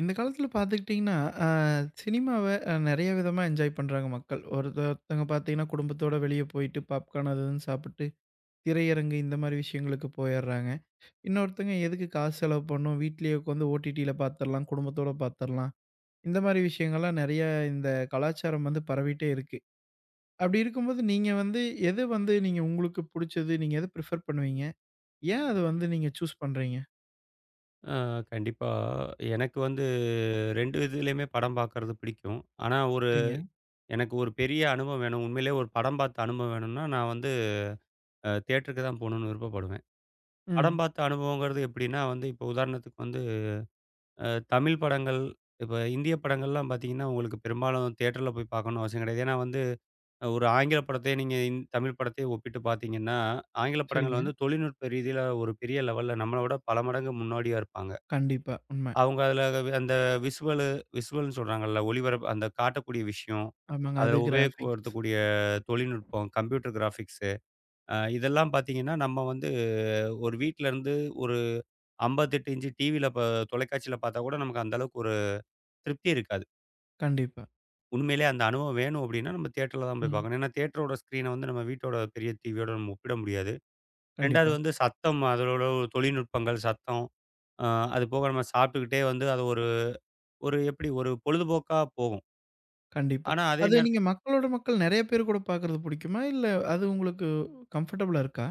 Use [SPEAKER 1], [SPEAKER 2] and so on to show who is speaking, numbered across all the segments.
[SPEAKER 1] இந்த காலத்துல பார்த்துக்கிட்டிங்கன்னா, அ சினிமாவ நெறைய விதமா என்ஜாய் பண்றாங்க மக்கள். ஒருத்த ஒருத்தவங்க பார்த்தீங்கன்னா, குடும்பத்தோட வெளிய போயிட்டு பாப்கார்ன் அது இதுன்னு சாப்பிட்டு, திரையரங்கு இந்த மாரி விஷயங்களுக்கு போயர்றாங்க. இன்னொருத்தங்க எதுக்கு காசு செலவு பண்ணணும், வீட்லயே உட்காந்து ஓடிடில பார்த்துரலாம், குடும்பத்தோட பார்த்துரலாம். இந்த மாரி விஷயங்கள்லாம் நெறைய இந்த கலாச்சாரம் வந்து பரவிட்டே இருக்கு. அப்படி இருக்கும்போது நீங்க வந்து எது வந்து நீங்க உங்களுக்கு புடிச்சது, நீங்க எத பிரிஃபர் பண்ணுவீங்க? ஏன் அத வந்து நீங்க சூஸ் பண்றீங்க?
[SPEAKER 2] ஆ கண்டிப்பா. எனக்கு வந்து 2 இதுலயுமே படம் பார்க்கறது பிடிக்கும். ஆனா,
[SPEAKER 1] சரிங்க.
[SPEAKER 2] எனக்கு ஒரு பெரிய அனுபவம் வேணும். உண்மையிலேயே ஒரு படம் பார்த்த அனுபவம் வேணும்னா, நான் வந்து தியேட்டருக்கு தான் போணும்னு விருப்பப்படுவேன். படம்
[SPEAKER 1] ம்.
[SPEAKER 2] பார்த்த அனுபவங்கிறது எப்படின்னா வந்து, இப்போ உதாரணத்துக்கு வந்து அ தமிழ் படங்கள், இப்ப இந்திய படங்கள்லாம் பார்த்தீங்கன்னா, உங்களுக்கு பெரும்பாலும் தியேட்டர்ல போய் பார்க்கணும்னு அவசியம் கிடையாது. ஏன்னா வந்து, ஒரு ஆங்கில படத்தையே நீங்க தமிழ் படத்தையும் ஒப்பிட்டு பார்த்தீங்கன்னா, ஆங்கில படங்கள்
[SPEAKER 1] சரிங்க.
[SPEAKER 2] வந்து தொழில்நுட்ப ரீதியில ஒரு பெரிய லெவல்ல நம்மள விட பல மடங்கு முன்னோடியா இருப்பாங்க.
[SPEAKER 1] கண்டிப்பா. உண்ம.
[SPEAKER 2] அவங்க அதில அந்த விசுவலு விசுவல்ன்னு சொல்றாங்கல்ல. ஒளிபரப்பு அந்த காட்டக்கூடிய விஷயம்,
[SPEAKER 1] ஆமாங்க.
[SPEAKER 2] அதில
[SPEAKER 1] அது கிராஃபிக்ஸ்.
[SPEAKER 2] உபயோகப்படுத்தக்கூடிய தொழில்நுட்பம், கம்ப்யூட்டர் கிராஃபிக்ஸு இதெல்லாம் பார்த்தீங்கன்னா, நம்ம வந்து ஒரு வீட்லருந்து ஒரு 58 இன்ச்சு டிவியில தொலைக்காட்சியில பார்த்தா கூட நமக்கு அந்த அளவுக்கு ஒரு திருப்தி இருக்காது.
[SPEAKER 1] கண்டிப்பா.
[SPEAKER 2] உண்மையிலேயே அந்த அனுபவம் வேணும் அப்டின்னா, நம்ம தியேட்டர்ல தான் போய்
[SPEAKER 1] ம்.
[SPEAKER 2] பார்க்கணும். ஏன்னா, தியேட்டரோட ஸ்க்ரீன வந்து நம்ம வீட்டோட பெரிய டிவியோட நம்ம ஒப்பிட முடியாது. 2வது
[SPEAKER 1] கண்டிப்பா,
[SPEAKER 2] வந்து சத்தம் அதோட ஒரு தொழில்நுட்பங்கள், சத்தம் அ அது போக நம்ம சாப்பிட்டுக்கிட்டே வந்து அது ஒரு ஒரு எப்டி ஒரு பொழுதுபோக்கா போகும்.
[SPEAKER 1] கண்டிப்பா.
[SPEAKER 2] ஆனா, அதே
[SPEAKER 1] அது நீங்க
[SPEAKER 2] நேரத்தில
[SPEAKER 1] மக்கள் நெறைய பேர் கூட பார்க்குறது புடிக்குமா? இல்ல அது உங்களுக்கு கம்ஃபர்டபுளா இருக்கா?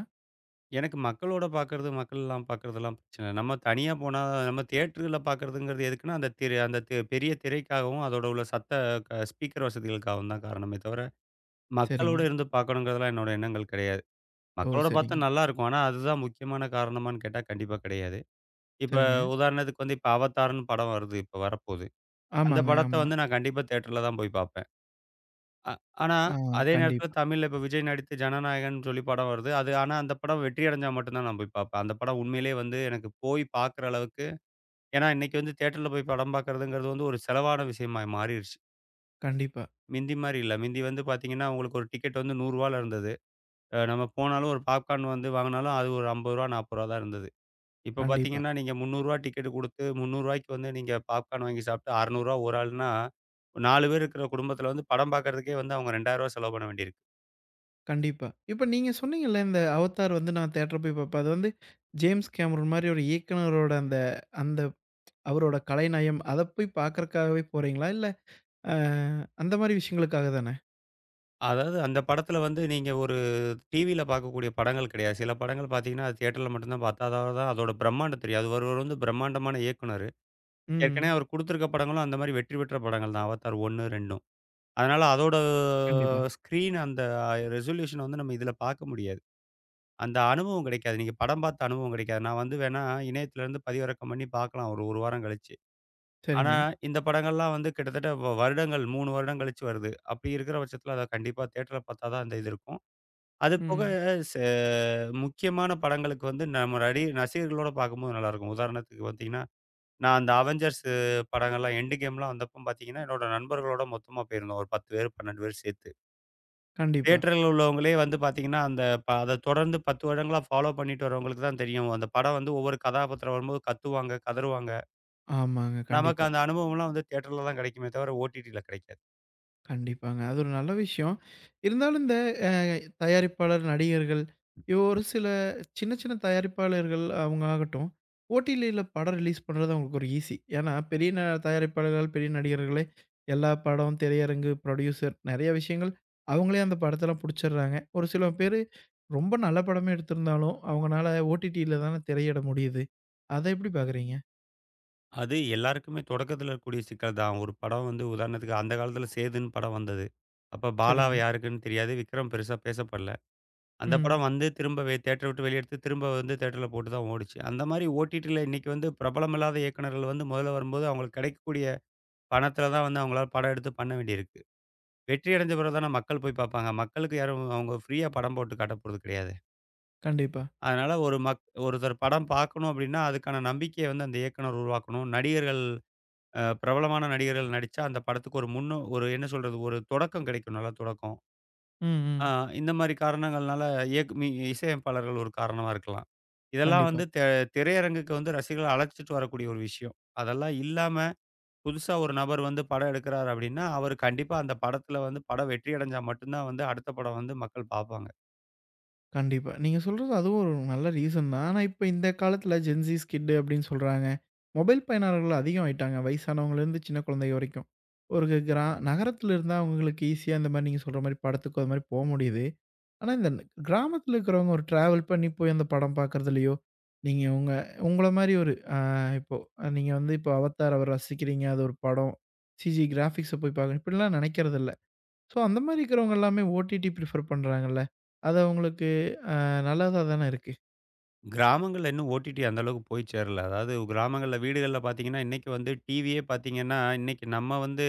[SPEAKER 2] எனக்கு மக்களோட பார்க்கறது, மக்கள்லாம் பார்க்கறதெல்லாம் பிரச்சனை இல்ல. நம்ம தனியா போனா நம்ம தியேட்டர்ல பார்க்கறதுங்கிறது எதுக்குன்னா, அந்த திரை அந்த பெரிய திரைக்காகவும், அதோட உள்ள சத்த ஸ்பீக்கர் வசதிகளுக்காகவும் தான் காரணமே தவிர,
[SPEAKER 1] சரிங்க.
[SPEAKER 2] மக்களோட இருந்து பார்க்கணுங்கிறதெல்லாம் என்னோட எண்ணங்கள் கிடையாது.
[SPEAKER 1] ஓ!
[SPEAKER 2] மக்களோட பார்த்தா
[SPEAKER 1] சரிங்க,
[SPEAKER 2] நல்லாருக்கும். ஆனா அதுதான் முக்கியமான காரணமான்னு கேட்டா கண்டிப்பா கிடையாது. இப்ப
[SPEAKER 1] சரிங்க.
[SPEAKER 2] உதாரணத்துக்கு வந்து இப்ப அவதார்ன்னு படம் வருது. இப்ப வரப்போது. அந்த
[SPEAKER 1] ஆமாங்க,
[SPEAKER 2] படத்த
[SPEAKER 1] ஆமா.
[SPEAKER 2] வந்து நான் கண்டிப்பா தியேட்டர்ல தான் போய் பார்ப்பேன். அ ஆனா,
[SPEAKER 1] ஆ
[SPEAKER 2] அதே நேரத்தில
[SPEAKER 1] கண்டிப்பா,
[SPEAKER 2] தமிழ்ல இப்ப விஜய் நடித்து ஜனநாயகன்னு சொல்லி படம் வருது. அது ஆனா அந்த படம் வெற்றி அடைஞ்சா மட்டும் தான் நான் போய் பார்ப்பேன். அந்த படம் உண்மையிலேயே வந்து எனக்கு போய் பார்க்குற அளவுக்கு ஏன்னா இன்னைக்கு வந்து தியேட்டர்ல போய் படம் பார்க்குறதுங்கிறது வந்து ஒரு செலவான விஷயமா மாறிருச்சு.
[SPEAKER 1] கண்டிப்பா,
[SPEAKER 2] மிந்தி மாரி இல்ல. மிந்தி வந்து பார்த்தீங்கன்னா, உங்களுக்கு ஒரு டிக்கெட் வந்து ரூ. 100ல இருந்தது. நம்ம போனாலும் ஒரு பாப்கார்ன் வந்து வாங்குனாலும் அது ஒரு ரூ. 50 ரூ. 40 தான் இருந்தது. இப்ப
[SPEAKER 1] கண்டிப்பா,
[SPEAKER 2] பார்த்தீங்கன்னா, நீங்க ரூ. 300 டிக்கெட் குடுத்து ரூ. 300க்கு வந்து நீங்க பாப்கார்ன் வாங்கி சாப்பிட்டு ரூ. 600 ஒரு ஆள்னா, 4 பேர் இருக்கிற குடும்பத்தில வந்து படம் பார்க்கறதுக்கே வந்து அவங்க ரூ. 2000 செலவு பண்ண வேண்டியிருக்கு.
[SPEAKER 1] கண்டிப்பா. இப்ப நீங்க சொன்னீங்கல்ல, இந்த அவதார் வந்து நான் தியேட்டர் போய் பார்ப்பேன். அது வந்து ஜேம்ஸ் கேமரூன் மாரி ஒரு இயக்குனரோட அந்த அந்த அவரோட கலைநயம் அத போய் பார்க்கறக்காகவே போறீங்களா? இல்ல அ அந்த மாரி விஷயங்களுக்காக தானே?
[SPEAKER 2] அதாவது அந்த படத்துல வந்து நீங்க ஒரு டிவியில பார்க்கக்கூடிய படங்கள் கிடையாது. சில படங்கள் பார்த்தீங்கன்னா, அது தியேட்டர்ல மட்டும் தான் பார்த்தா தான் தான் அதோட பிரம்மாண்டம் தெரியும். அது ஒருவர் வந்து பிரம்மாண்டமான இயக்குனரு. ஏற்கனவே
[SPEAKER 1] ம்.
[SPEAKER 2] அவர் குடுத்திருக்க படங்களும் அந்த மாரி வெற்றி பெற்ற படங்கள் தான். அவதார் 1, 2ம். அதனால அதோட
[SPEAKER 1] கண்டிப்பா.
[SPEAKER 2] ஸ்க்ரீன் அந்த ரெசல்யூஷன் வந்து நம்ம இதில பார்க்க முடியாது. அந்த அனுபவம் கிடைக்காது. நீங்க படம் பார்த்த அனுபவம் கிடைக்காது. நான் வந்து வேணா இணையத்திலருந்து பதிவிறக்கம் பண்ணி பார்க்கலாம் ஒரு 1 வாரம் கழிச்சு. ஆனா,
[SPEAKER 1] சரிங்க.
[SPEAKER 2] இந்த படங்கள்லாம் வந்து கிட்டத்தட்ட வருடங்கள் 3 வருடம் கழிச்சு வருது. அப்படி இருக்கிற பட்சத்தில அத கண்டிப்பா தியேட்டர்ல பார்த்தா தான் அந்த இது இருக்கும். அது போக
[SPEAKER 1] ம்.
[SPEAKER 2] செ முக்கியமான படங்களுக்கு வந்து நம்ம ரசிகர்களோட பார்க்கும்போது நல்லாயிருக்கும். உதாரணத்துக்கு பார்த்தீங்கன்னா, நான் அந்த அவெஞ்சர்ஸ் படங்கள்லாம் எண்டு கேம்லாம் வந்தப்ப பார்த்தீங்கன்னா, என்னோட நண்பர்களோட மொத்தமா போயிருந்தோம். ஒரு 10 பேர் 12 பேர் சேர்த்து.
[SPEAKER 1] கண்டிப்பா.
[SPEAKER 2] தியேட்டர்ல உள்ளவங்களே வந்து பார்த்தீங்கன்னா, அந்த அத தொடர்ந்து 10 வருடங்களா ஃபாலோ பண்ணிட்டு வரவங்களுக்கு தான் தெரியும். அந்த படம் வந்து ஒவ்வொரு கதாபாத்திரம் வரும்போது கத்துவாங்க, கதறுவாங்க.
[SPEAKER 1] ஆமாங்க.
[SPEAKER 2] நமக்கு
[SPEAKER 1] கண்டிப்பா,
[SPEAKER 2] அந்த அனுபவம்லாம் வந்து தியேட்டர்ல தான் கிடைக்குமே தவிர, ஓடிடில கிடைக்காது.
[SPEAKER 1] கண்டிப்பாங்க. அது ஒரு நல்ல விஷயம். இருந்தாலும் இந்த அ தயாரிப்பாளர், நடிகர்கள் இவ ஒரு சில சின்ன சின்ன தயாரிப்பாளர்கள் அவங்க ஆகட்டும், ஓடிடில படம் ரிலீஸ் பண்றது அவங்களுக்கு ஒரு ஈஸி. ஏன்னா பெரிய தயாரிப்பாளர்கள், பெரிய நடிகர்களே எல்லா படம், திரையரங்கு, புரொடியூசர் நெறைய விஷயங்கள் அவங்களே அந்த படத்தெல்லாம் புடிச்சிடுறாங்க. ஒரு சில பேரு ரொம்ப நல்ல படமே எடுத்திருந்தாலும், அவங்கனால ஓடிடில தானே திரையிட முடியுது. அத எப்படி பார்க்குறீங்க?
[SPEAKER 2] அது எல்லாருக்குமே தொடக்கத்துல இருக்கக்கூடிய சிக்கல் தான். ஒரு படம் வந்து உதாரணத்துக்கு அந்த காலத்துல சேதுன்னு படம் வந்தது. அப்ப பாலாவ
[SPEAKER 1] சரிங்க.
[SPEAKER 2] யாருக்குன்னு தெரியாது. விக்ரம் பெருசா பேசப்படல. அந்த படம்
[SPEAKER 1] ம்.
[SPEAKER 2] வந்து திரும்ப தியேட்டர விட்டு வெளிய எடுத்து, திரும்ப வந்து தியேட்டர்ல போட்டு தான் ஓடுச்சு. அந்த மாரி ஓடிடில இன்னைக்கு வந்து பிரபலமில்லாத இயக்குனர்கள் வந்து முதல்ல வரும்போது, அவங்களுக்கு கிடைக்கக்கூடிய பணத்துல தான் வந்து அவங்களால படம் எடுத்து பண்ண வேண்டியிருக்கு. வெற்றி அடைஞ்ச பிறகு தான மக்கள் போய் பார்ப்பாங்க. மக்களுக்கு யாரும் அவங்க ஃப்ரீயா படம் போட்டு காட்டப் போறது கிடையாது.
[SPEAKER 1] கண்டிப்பா.
[SPEAKER 2] அதனால ஒரு ஒருத்தர் படம் பார்க்கணும் அப்படின்னா, அதுக்கான நம்பிக்கைய வந்து அந்த இயக்குனர் உருவாக்கணும். நடிகர்கள் பிரபலமான நடிகர்கள் நடிச்சா, அந்த படத்துக்கு ஒரு முன்னு ஒரு என்ன சொல்றது? ஒரு தொடக்கம் கிடைக்கும். நல்ல தொடக்கம்.
[SPEAKER 1] ம்,
[SPEAKER 2] அ
[SPEAKER 1] ம்.
[SPEAKER 2] இந்த மாரி காரணங்கள்னால இயக்கு மி இசையமைப்பாளர்கள் ஒரு காரணமா இருக்கலாம். இதெல்லாம்
[SPEAKER 1] கண்டிப்பா.
[SPEAKER 2] வந்து திரையரங்குக்கு வந்து ரசிகர்கள அழைச்சிட்டு வரக்கூடிய ஒரு விஷயம். அதெல்லாம் இல்லாம, புதுசா ஒரு நபர் வந்து படம் எடுக்கிறார் அப்படின்னா, அவர் கண்டிப்பா அந்த படத்துல வந்து படம் வெற்றி அடைஞ்சா மட்டும் தான் வந்து அடுத்த படம் வந்து மக்கள் பார்ப்பாங்க.
[SPEAKER 1] கண்டிப்பா. நீங்க சொல்றது அதுவும் ஒரு நல்ல ரீசன் தான். ஆனா, இப்ப இந்த காலத்துல ஜென்ஸீஸ் கிட் அப்டின்னு சொல்றாங்க. மொபைல் பயனர்கள் அதிகம் ஆயிட்டாங்க. வயசானவங்கலேருந்து சின்ன குழந்தை வரைக்கும். ஒரு நகரத்துல இருந்தா அவங்களுக்கு ஈஸியா இந்த மாரி நீங்க சொல்ற மாரி படத்துக்கோ அது மாரி போ முடியுது. ஆனா, இந்த கிராமத்துல இருக்கிறவங்க ஒரு டிராவல் பண்ணி போய் அந்த படம் பார்க்குறதுலயோ, நீங்க உங்கள மாரி ஒரு இப்போ நீங்க வந்து இப்போ அவத்தார் அவர ரசிக்கிறீங்க. அது ஒரு படம். சிஜி கிராபிக்ஸ போய் பார்க்கணும். இப்படிலாம் நினைக்கிறதில்ல. ஸோ அந்த மாரி இருக்கிறவங்க எல்லாமே ஓடிடி பிரிஃபர் பண்றாங்கல்ல. அது அவங்களுக்கு நல்லதா தானே இருக்கு.
[SPEAKER 2] கிராமங்கள்ல இன்னும் ஓடிடி அந்த அளவுக்கு போய் சேரல. அதாவது கிராமங்கள்ல வீடுகள்ல பார்த்தீங்கன்னா, இன்னைக்கு வந்து டிவியே பார்த்தீங்கன்னா, இன்னைக்கு நம்ம வந்து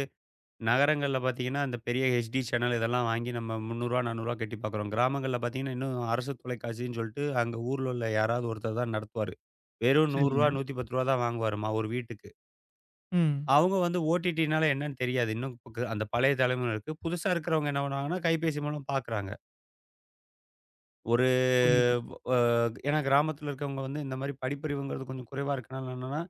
[SPEAKER 2] நகரங்கள்ல பார்த்தீங்கன்னா, அந்த பெரிய ஹெச்டி சேனல் இதெல்லாம் வாங்கி நம்ம ரூ. 300 400 கட்டி பார்க்குறோம். கிராமங்கள்ல பார்த்தீங்கன்னா, இன்னும் அரசு தொலைக்காட்சின்னு சொல்லிட்டு, அங்க ஊர்ல உள்ள யாராவது ஒருத்தர் தான் நடத்துவாரு. வெறும் ரூ. 100
[SPEAKER 1] சரிங்க.
[SPEAKER 2] 110 தான் வாங்குவாராமா ஒரு வீட்டுக்கு.
[SPEAKER 1] ம்.
[SPEAKER 2] அவங்க வந்து ஓடிடினால என்னன்னு தெரியாது. இன்னும் அந்த பழைய தலைமுறையினருக்கு. புதுசா இருக்கிறவங்க என்ன பண்ணுவாங்கன்னா, கைபேசி மூலம் பார்க்குறாங்க. ஒரு
[SPEAKER 1] புரியுது.
[SPEAKER 2] அ ஏன்னா கிராமத்துல இருக்கிறவங்க வந்து இந்த மாரி படிப்பறிவுங்கிறது கொஞ்சம் குறைவா இருக்கனால என்னன்னா,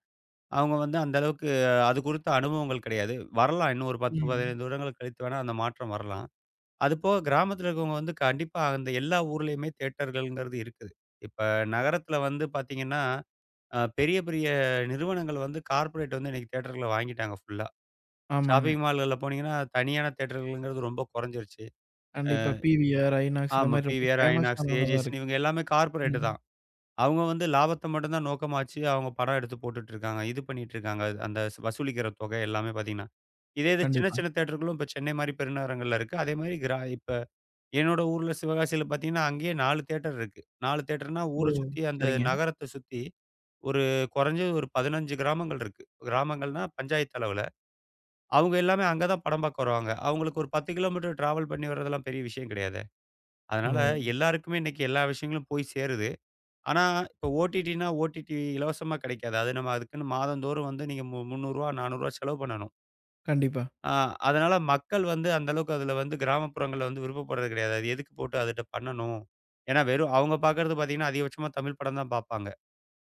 [SPEAKER 2] அவங்க வந்து அந்த அளவுக்கு அது குறித்த அனுபவங்கள் கிடையாது. வரலாம். இன்னும் ஒரு 10,
[SPEAKER 1] ம்.
[SPEAKER 2] 15 வருடங்கள் கழித்து வேணா அந்த மாற்றம் வரலாம். அது போக கிராமத்துல இருக்கவங்க வந்து கண்டிப்பா அந்த எல்லா ஊர்லயுமே தியேட்டர்கள்ங்கிறது இருக்குது. இப்ப நகரத்துல வந்து பார்த்தீங்கன்னா, பெரிய பெரிய நிறுவனங்கள் வந்து கார்ப்பரேட் வந்து இன்னைக்கு தியேட்டர்கள வாங்கிட்டாங்க ஃபுல்லா.
[SPEAKER 1] ஆமாங்க.
[SPEAKER 2] ஷாப்பிங் மால்கள்ல போனீங்கன்னா, தனியான தியேட்டர்கள்ங்கிறது ரொம்ப குறைஞ்சிருச்சு.
[SPEAKER 1] கண்டிப்பா. பிவிஆர், ஐநாக்ஸ் இந்த
[SPEAKER 2] ஆமா.
[SPEAKER 1] மாரி ரொம்ப
[SPEAKER 2] பிவிஆர்,
[SPEAKER 1] ஃபேமஸ்
[SPEAKER 2] ஐநாக்ஸ்,
[SPEAKER 1] ஆனவங்க தான்
[SPEAKER 2] ஏஜிஎஸ்ன்னு
[SPEAKER 1] இருக்கு.
[SPEAKER 2] இவங்க எல்லாமே கார்ப்பரேட்
[SPEAKER 1] ம்.
[SPEAKER 2] தான். அவங்க வந்து லாபத்த மட்டும் தான் நோக்கமா வச்சு அவங்க படம் எடுத்து போட்டுட்டு இருக்காங்க. இது பண்ணிட்டு இருக்காங்க. அது- அந்த வசூலிக்கிற தொகை எல்லாமே பார்த்தீங்கன்னா. இதே இது சின்ன
[SPEAKER 1] கண்டிப்பா.
[SPEAKER 2] சின்ன தியேட்டர்களும் இப்ப சென்னை மாரி பெருநகரங்கள்ல இருக்கு. அதே மாரி இப்ப என்னோட ஊர்ல சிவகாசியில பார்த்தீங்கன்னா, அங்கேயே 4 தியேட்டர் இருக்கு. 4 தியேட்டர்னா
[SPEAKER 1] ஓ!
[SPEAKER 2] ஊர சுத்தி அந்த
[SPEAKER 1] சரிங்க.
[SPEAKER 2] நகரத்த சுத்தி ஒரு குறைஞ்சது ஒரு 15 கிராமங்கள் இருக்கு. கிராமங்கள்னா பஞ்சாயத்து அளவுல. அவங்க எல்லாமே அங்க தான் படம் பார்க்க வருவாங்க. அவங்களுக்கு ஒரு 10 கிலோமீட்டர் டிராவல் பண்ணி வர்றதெல்லாம் பெரிய விஷயம் கிடையாதே.
[SPEAKER 1] ஓ!
[SPEAKER 2] அதனால எல்லாருக்குமே இன்னைக்கு எல்லா விஷயங்களும் போய் சேருது. ஆனா இப்போ ஓடிடினா, ஓடிடி இலவசமா கிடைக்காது. அது நம்ம அதுக்குன்னு மாதந்தோறும் வந்து நீங்க ரூ. 300 ரூ. 400 செலவு பண்ணணும்.
[SPEAKER 1] கண்டிப்பா,
[SPEAKER 2] ஆ அதனால மக்கள் வந்து அந்த அளவுக்கு அதில வந்து கிராமப்புறங்கள்ல வந்து விருப்பப்படுறது கிடையாது. அது எதுக்கு போட்டு அதுட்ட பண்ணணும்? ஏன்னா வெறும் அவங்க பார்க்கறது பார்த்தீங்கன்னா, அதிகபட்சமா தமிழ் படம் தான் பார்ப்பாங்க.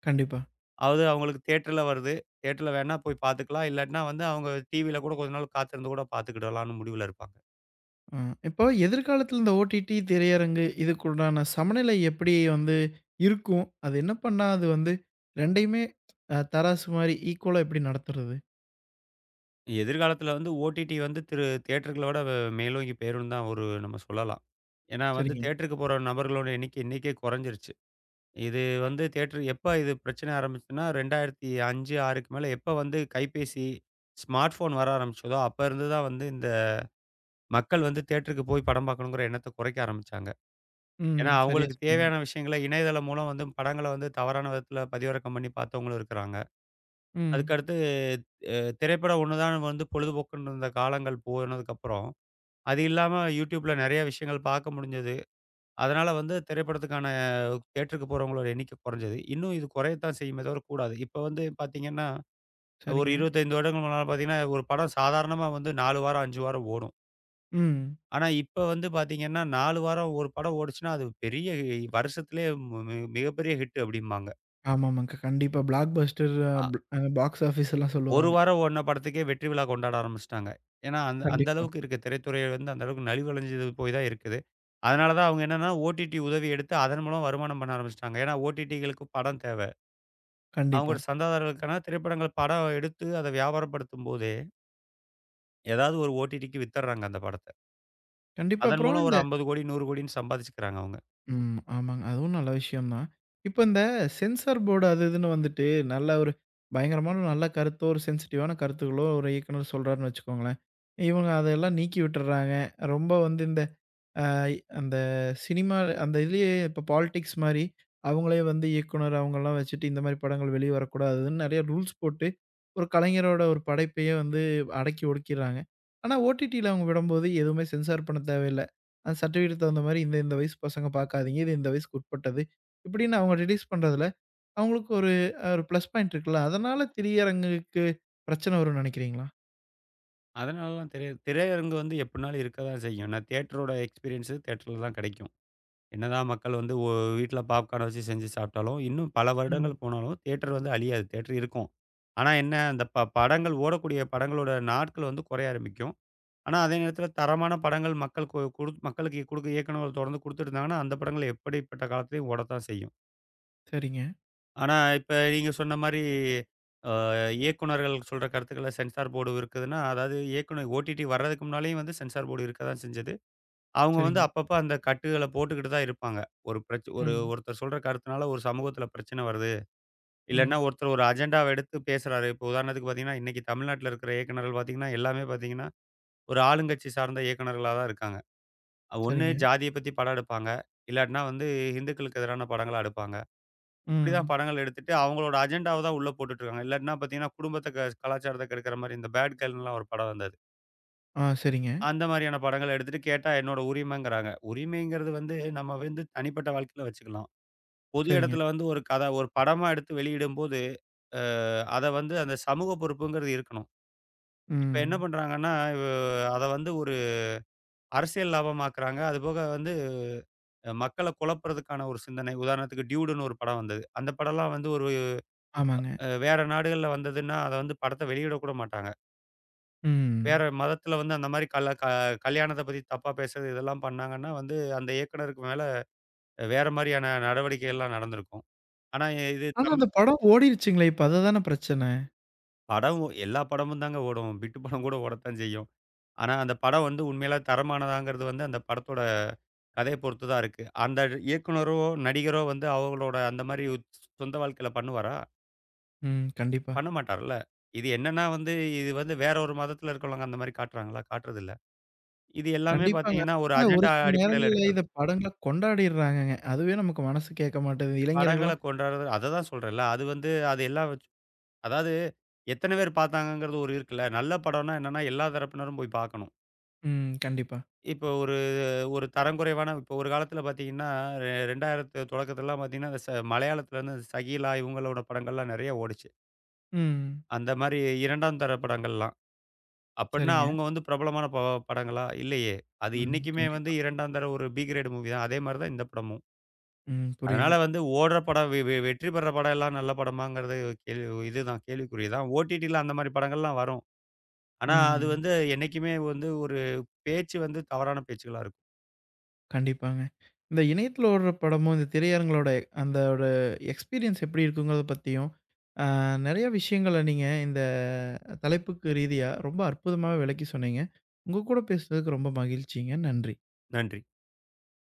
[SPEAKER 1] கண்டிப்பா.
[SPEAKER 2] அது அவங்களுக்கு தியேட்டர்ல வருது. தியேட்டர்ல வேணா போய் பார்த்துக்கலாம். இல்லாட்டினா வந்து அவங்க டிவியில கூட கொஞ்ச நாள் காத்திருந்து கூட பார்த்துக்கிடலாம்னு முடிவுல இருப்பாங்க.
[SPEAKER 1] அ இப்போ எதிர்காலத்துல இந்த ஓடிடி திரையரங்கு இதுக்குண்டான சமநிலை எப்படி வந்து இருக்கும்? அது என்ன பண்ணா அது வந்து 2யுமே தராசு மாரி ஈக்குவலா எப்படி நடத்துறது?
[SPEAKER 2] எதிர்காலத்தில வந்து ஓடிடி வந்து தியேட்டர்கள விட வே- மேலோங்கி போயிரும்னு தான் ஒரு நம்ம சொல்லலாம். ஏன்னா வந்து
[SPEAKER 1] சரிங்க.
[SPEAKER 2] தியேட்டருக்கு போற நபர்களோட எண்ணிக்கை இன்னைக்கே குறைஞ்சிருச்சு. இது வந்து தியேட்டர் எப்ப இது பிரச்சனை ஆரம்பிச்சுன்னா, 2005, 6க்கு மேல எப்ப வந்து கைபேசி, ஸ்மார்ட் ஃபோன் வர ஆரம்பிச்சதோ, அப்ப இருந்து தான் வந்து இந்த மக்கள் வந்து தியேட்டருக்கு போய் படம் பார்க்கணுங்கிற எண்ணத்த குறைக்க ஆரம்பிச்சாங்க.
[SPEAKER 1] ம்.
[SPEAKER 2] ஏன்னா,
[SPEAKER 1] சரியா
[SPEAKER 2] அவங்களுக்கு
[SPEAKER 1] சொன்னீங்க.
[SPEAKER 2] தேவையான விஷயங்கள இணையதளம் மூலம் வந்து படங்கள வந்து தவறான விதத்துல பதிவிறக்கம் பண்ணி பார்த்தவங்களும் இருக்கிறாங்க.
[SPEAKER 1] ம்.
[SPEAKER 2] அதுக்கடுத்து திரைப்படம் ஒண்ணு தான் வந்து பொழுதுபோக்குன்னு இருந்த காலங்கள் போனதுக்கப்புறம், அது இல்லாம YouTubeல நெறைய விஷயங்கள் பார்க்க முடிஞ்சது. அதனால வந்து திரைப்படத்துக்கான தியேட்டருக்கு போறவங்களோட எண்ணிக்கை குறைஞ்சது. இன்னும் இது குறையத்தான் செய்யுமே தவிர கூடாது. இப்ப வந்து பார்த்தீங்கன்னா, ஒரு
[SPEAKER 1] சரிங்க.
[SPEAKER 2] 25 வருடங்களுக்கு முன்னால பார்த்தீங்கன்னா, ஒரு படம் சாதாரணமா வந்து 4 வாரம், 5 வாரம் ஓடும்.
[SPEAKER 1] ம்.
[SPEAKER 2] ஆனா இப்ப வந்து பார்த்தீங்கன்னா, 4 வாரம் ஒரு படம் ஓடுச்சுன்னா, அது பெரிய வருஷத்திலேயே மி மி மிகப்பெரிய ஹிட் அப்படிம்பாங்க.
[SPEAKER 1] ஆமாமாங்க. கண்டிப்பா. பிளாக் பஸ்டர்
[SPEAKER 2] அ
[SPEAKER 1] பாக்ஸ் ஆஃபீஸ்லாம்
[SPEAKER 2] 1
[SPEAKER 1] சொல்லுவாங்க.
[SPEAKER 2] வாரம் ஓடுன படத்துக்கே வெற்றி விழா கொண்டாட ஆரம்பிச்சுட்டாங்க. ஏன்னா, அந்த அந்த
[SPEAKER 1] கண்டிப்பா,
[SPEAKER 2] அளவுக்கு இருக்கு. திரைத்துறை வந்து அந்த அளவுக்கு நலிவடைஞ்சு போய் தான் இருக்குது. அதனால தான் அவங்க என்னன்னா, ஓடிடி உதவி எடுத்து அதன் மூலம் வருமானம் பண்ண ஆரம்பிச்சுட்டாங்க. ஏன்னா, ஓடிடிகளுக்கு படம் தேவ.
[SPEAKER 1] கண்டிப்பா.
[SPEAKER 2] அவங்களோட சந்தாதாரர்களுக்கான திரைப்படங்கள் படம் எடுத்து அத வியாபாரப்படுத்தும் போதே, ஏதாவது ஒரு ஓடிடிக்கு வித்துர்றாங்க அந்த படத்த.
[SPEAKER 1] கண்டிப்பா.
[SPEAKER 2] அதன்
[SPEAKER 1] அப்புறம்
[SPEAKER 2] மூலம் ஒரு
[SPEAKER 1] இந்த
[SPEAKER 2] 50,00,00,000, 100,00,00,000ன்னு சம்பாதிச்சுக்கிறாங்க அவங்க.
[SPEAKER 1] ம். ஆமாங்க. அதுவும் நல்ல விஷயம் தான். இப்ப இந்த சென்சார் போர்டு அது இதுன்னு வந்துட்டு, நல்ல ஒரு பயங்கரமான நல்ல கருத்தோ, ஒரு சென்சிட்டிவான கருத்துக்களோ ஒரு இயக்குனர் சொல்றாருன்னு வச்சுக்கோங்களேன். இவங்க அதெல்லாம் நீக்கி விட்டுர்றாங்க. ரொம்ப வந்து இந்த அ அந்த சினிமா அந்த இதுலயே இப்ப பாலிடிக்ஸ் மாரி, அவங்களே வந்து இயக்குனர் அவங்கலாம் வச்சுட்டு இந்த மாரி படங்கள் வெளிய வரக்கூடாதுன்னு நெறைய ரூல்ஸ் போட்டு, ஒரு கலைஞரோட ஒரு படைப்பையே வந்து அடக்கி ஒடுக்கிர்றாங்க. ஆனா, ஓடிடில அவங்க விடம்போது எதுவுமே சென்சார் பண்ண தேவையில்ல. அந்த சர்டிஃபிகேட்டுக்கு தகுந்த மாரி இந்த இந்த வயசு பசங்க பார்க்காதீங்க. இது இந்த வயசுக்கு உட்பட்டது. இப்படின்னு அவங்க ரிலீஸ் பண்றதுல, அவங்களுக்கு ஒரு ஒரு பிளஸ் பாயிண்ட் இருக்குல்ல. அதனால திரையரங்குக்கு பிரச்சனை வரும்னு நெனைக்கிறீங்களா?
[SPEAKER 2] அதனால தான் திரையரங்கு வந்து எப்படினாலும் இருக்க தான் செய்யும். ஏன்னா தியேட்டரோட எக்ஸ்பீரியன்ஸ் தியேட்டர்ல தான் கிடைக்கும். என்னதான் மக்கள் வந்து வீட்ல பாப்கார்ன வச்சு செஞ்சு சாப்பிட்டாலும், இன்னும் பல
[SPEAKER 1] ம்.
[SPEAKER 2] வருடங்கள் போனாலும் தியேட்டர் வந்து அழியாது. தியேட்டர் இருக்கும். ஆனா என்ன அந்த படங்கள் ஓடக்கூடிய படங்களோட நாட்கள் வந்து குறைய ஆரம்பிக்கும். ஆனா, அதே நேரத்தில தரமான படங்கள் மக்கள் கு குடு மக்களுக்கு குடுக்க இயக்குனர்கள் தொடர்ந்து குடுத்துட்டு இருந்தாங்கன்னா, அந்த படங்கள் எப்படிப்பட்ட காலத்திலயும் ஓடத்தான் செய்யும்.
[SPEAKER 1] சரிங்க,
[SPEAKER 2] ஆனா, இப்ப நீங்க சொன்ன மாரி அ இயக்குனர்கள் சொல்ற கருத்துக்கள சென்சார் போர்டு இருக்குதுன்னா, அதாவது இயக்குனர் ஓடிடி வர்றதுக்கு முன்னாலேயும் வந்து சென்சார் போர்டு இருக்க தான் செஞ்சது. அவங்க வந்து
[SPEAKER 1] சரிங்க.
[SPEAKER 2] அப்பப்ப அந்த கட்டுகள போட்டுக்கிட்டு தான் இருப்பாங்க. ஒரு பிரச் ஒரு
[SPEAKER 1] ம்,
[SPEAKER 2] ஒருத்தர் சொல்ற கருத்துனால ஒரு சமூகத்தில பிரச்சனை வருது. இல்லன்னா
[SPEAKER 1] ம்.
[SPEAKER 2] ஒருத்தர் ஒரு அஜெண்டாவ எடுத்து பேசுறாரு. இப்போ உதாரணத்துக்கு பார்த்தீங்கன்னா, இன்னைக்கு தமிழ்நாட்டில இருக்கிற இயக்குனர்கள் பார்த்தீங்கன்னா, எல்லாமே பார்த்தீங்கன்னா, ஒரு ஆளுங்கட்சி சார்ந்த இயக்குனர்களா தான் இருக்காங்க. ஒண்ணு
[SPEAKER 1] சரிங்க.
[SPEAKER 2] ஜாதிய பத்தி படம் எடுப்பாங்க. இல்லாட்டினா வந்து இந்துக்களுக்கு எதிரான படங்கள எடுப்பாங்க. இப்படிதான்
[SPEAKER 1] ம்.
[SPEAKER 2] படங்கள் எடுத்துட்டு அவங்களோட அஜெண்டாவ தான் உள்ள போட்டுட்டு இருக்காங்க. இல்லாட்டினா பார்த்தீங்கன்னா, குடும்பத்த கலாச்சாரத்த கெடுக்கிற மாரி இந்த பேட் கேர்ள்ன்லாம் ஒரு படம் வந்தது.
[SPEAKER 1] ஆ சரிங்க,
[SPEAKER 2] அந்த மாரியான படங்கள எடுத்துட்டு கேட்டா என்னோட உரிமைங்கிறாங்க. உரிமைங்கிறது வந்து நம்ம வந்து தனிப்பட்ட வாழ்க்கையில வச்சுக்கலாம். பொது
[SPEAKER 1] சரிங்க.
[SPEAKER 2] இடத்துல வந்து ஒரு கதை ஒரு படமா எடுத்து வெளியிடும்போது, அ அத வந்து அந்த சமூக பொறுப்புங்கிறது இருக்கணும். இப்ப என்ன
[SPEAKER 1] ம்.
[SPEAKER 2] பண்றாங்கன்னா, அ அத வந்து ஒரு அரசியல் லாபமாக்குறாங்க. அதுபோக வந்து மக்கள குழப்புறதுக்கான ஒரு சிந்தனை. உதாரணத்துக்கு டியூடுன்னு ஒரு படம் வந்தது. அந்த படம்லாம் வந்து ஒரு
[SPEAKER 1] ஆமாங்க.
[SPEAKER 2] வேற நாடுகள்ல வந்ததுன்னா, அத வந்து படத்த வெளியிடக்கூட மாட்டாங்க. வேற
[SPEAKER 1] ம்.
[SPEAKER 2] மதத்தில வந்து அந்த மாரி கல க கல்யாணத்த பத்தி தப்பா பேசுறது இதெல்லாம் பண்ணாங்கன்னா வந்து, அந்த இயக்குனருக்கு மேல வேற மாரியான நடவடிக்கைகள்லாம் நடந்திருக்கும். ஆனா இது
[SPEAKER 1] ஆனா
[SPEAKER 2] தமிழ்
[SPEAKER 1] அந்த படம் ஓடிருச்சுங்களே! இப்ப அதுதான பிரச்சன.
[SPEAKER 2] படம் எல்லா படமும் தாங்க ஓடும். பிட்டு படம் கூட ஓடத்தான் செய்யும். ஆனா அந்த படம் வந்து உண்மையிலே தரமானதாங்கிறது வந்து அந்த படத்தோட கதைய பொறுத்து தான் இருக்கு. அந்த இயக்குனரோ, நடிகரோ வந்து அவங்களோட அந்த மாரி சொந்த வாழ்க்கையில பண்ணுவாரா?
[SPEAKER 1] ம். கண்டிப்பா.
[SPEAKER 2] பண்ண மாட்டார்ல. இது என்னன்னா வந்து, இது வந்து வேற ஒரு மதத்தில இருக்கிறவங்க அந்த மாரி காட்டுறாங்களா? காட்டுறதில்ல. இது எல்லாமே
[SPEAKER 1] கண்டிப்பாங்க.
[SPEAKER 2] பார்த்தீங்கன்னா, ஒரு
[SPEAKER 1] ஆனா ஒரு
[SPEAKER 2] அஜெண்டா
[SPEAKER 1] சில
[SPEAKER 2] அடிப்படையில
[SPEAKER 1] நேரங்கள்ல
[SPEAKER 2] எடுக்கிறது.
[SPEAKER 1] இந்த படங்கள கொண்டாடிர்றாங்கங்க. அதுவே நமக்கு மனசு கேட்க மாட்டேங்குது.
[SPEAKER 2] படங்கள
[SPEAKER 1] இளைஞர்கள்லாம்
[SPEAKER 2] கொண்டாடுறது அததான் சொல்றேன்ல. அது வந்து அது எல்லாம் வச்சு அதாவது எத்தன பேர் பார்த்தாங்கங்கிறது ஒரு இருக்குல்ல. நல்ல படம்னா என்னன்னா, எல்லா தரப்பினரும் போய் பார்க்கணும்.
[SPEAKER 1] ம். கண்டிப்பா.
[SPEAKER 2] இப்போ ஒரு ஒரு தரம் குறைவான இப்போ ஒரு காலத்தில பார்த்தீங்கன்னா, 2000 தொடக்கத்திலலாம் பார்த்தீங்கன்னா, அந்த மலையாளத்தில இருந்து சகிலா இவங்களோட படங்கள்லாம் நெறைய ஓடுச்சு.
[SPEAKER 1] ம்.
[SPEAKER 2] அந்த மாரி 2ஆம் தர படங்கள்லாம். அப்பட்னா,
[SPEAKER 1] சரிங்க.
[SPEAKER 2] அவங்க வந்து பிரபலமான படங்களா? இல்லையே! அது
[SPEAKER 1] ம்.
[SPEAKER 2] இன்னைக்குமே வந்து
[SPEAKER 1] கண்டிப்பா.
[SPEAKER 2] 2ஆம் தர ஒரு கிரேட் மூவி தான். அதே மாரி தான் இந்த படமும்.
[SPEAKER 1] ம்.
[SPEAKER 2] அதனால
[SPEAKER 1] புரியுது.
[SPEAKER 2] வந்து ஓடுற படம் வெ வெ வெற்றி பெற படம் எல்லாம் நல்ல படமாங்கிறது கேள்வி இதுதான் கேள்விக்குறி தான். ஓடிடில அந்த மாரி படங்கள்லாம் வரும். ஆனா, அது
[SPEAKER 1] ம்.
[SPEAKER 2] வந்து என்னைக்குமே வந்து ஒரு பேச்சு வந்து தவறான பேச்சுகளா இருக்கும்.
[SPEAKER 1] கண்டிப்பாங்க. இந்த இணையத்துல ஓடுற படமும், இந்த திரையரங்களோட அந்தோட எக்ஸ்பீரியன்ஸ் எப்படி இருக்குங்கிறத பத்தியும், அ நெறைய விஷயங்கள நீங்க இந்த தலைப்புக்கு ரீதியா ரொம்ப அற்புதமாவே விளக்கி சொன்னீங்க. உங்க கூட பேசுனதுக்கு ரொம்ப மகிழ்ச்சிங்க. நன்றி.
[SPEAKER 2] நன்றி.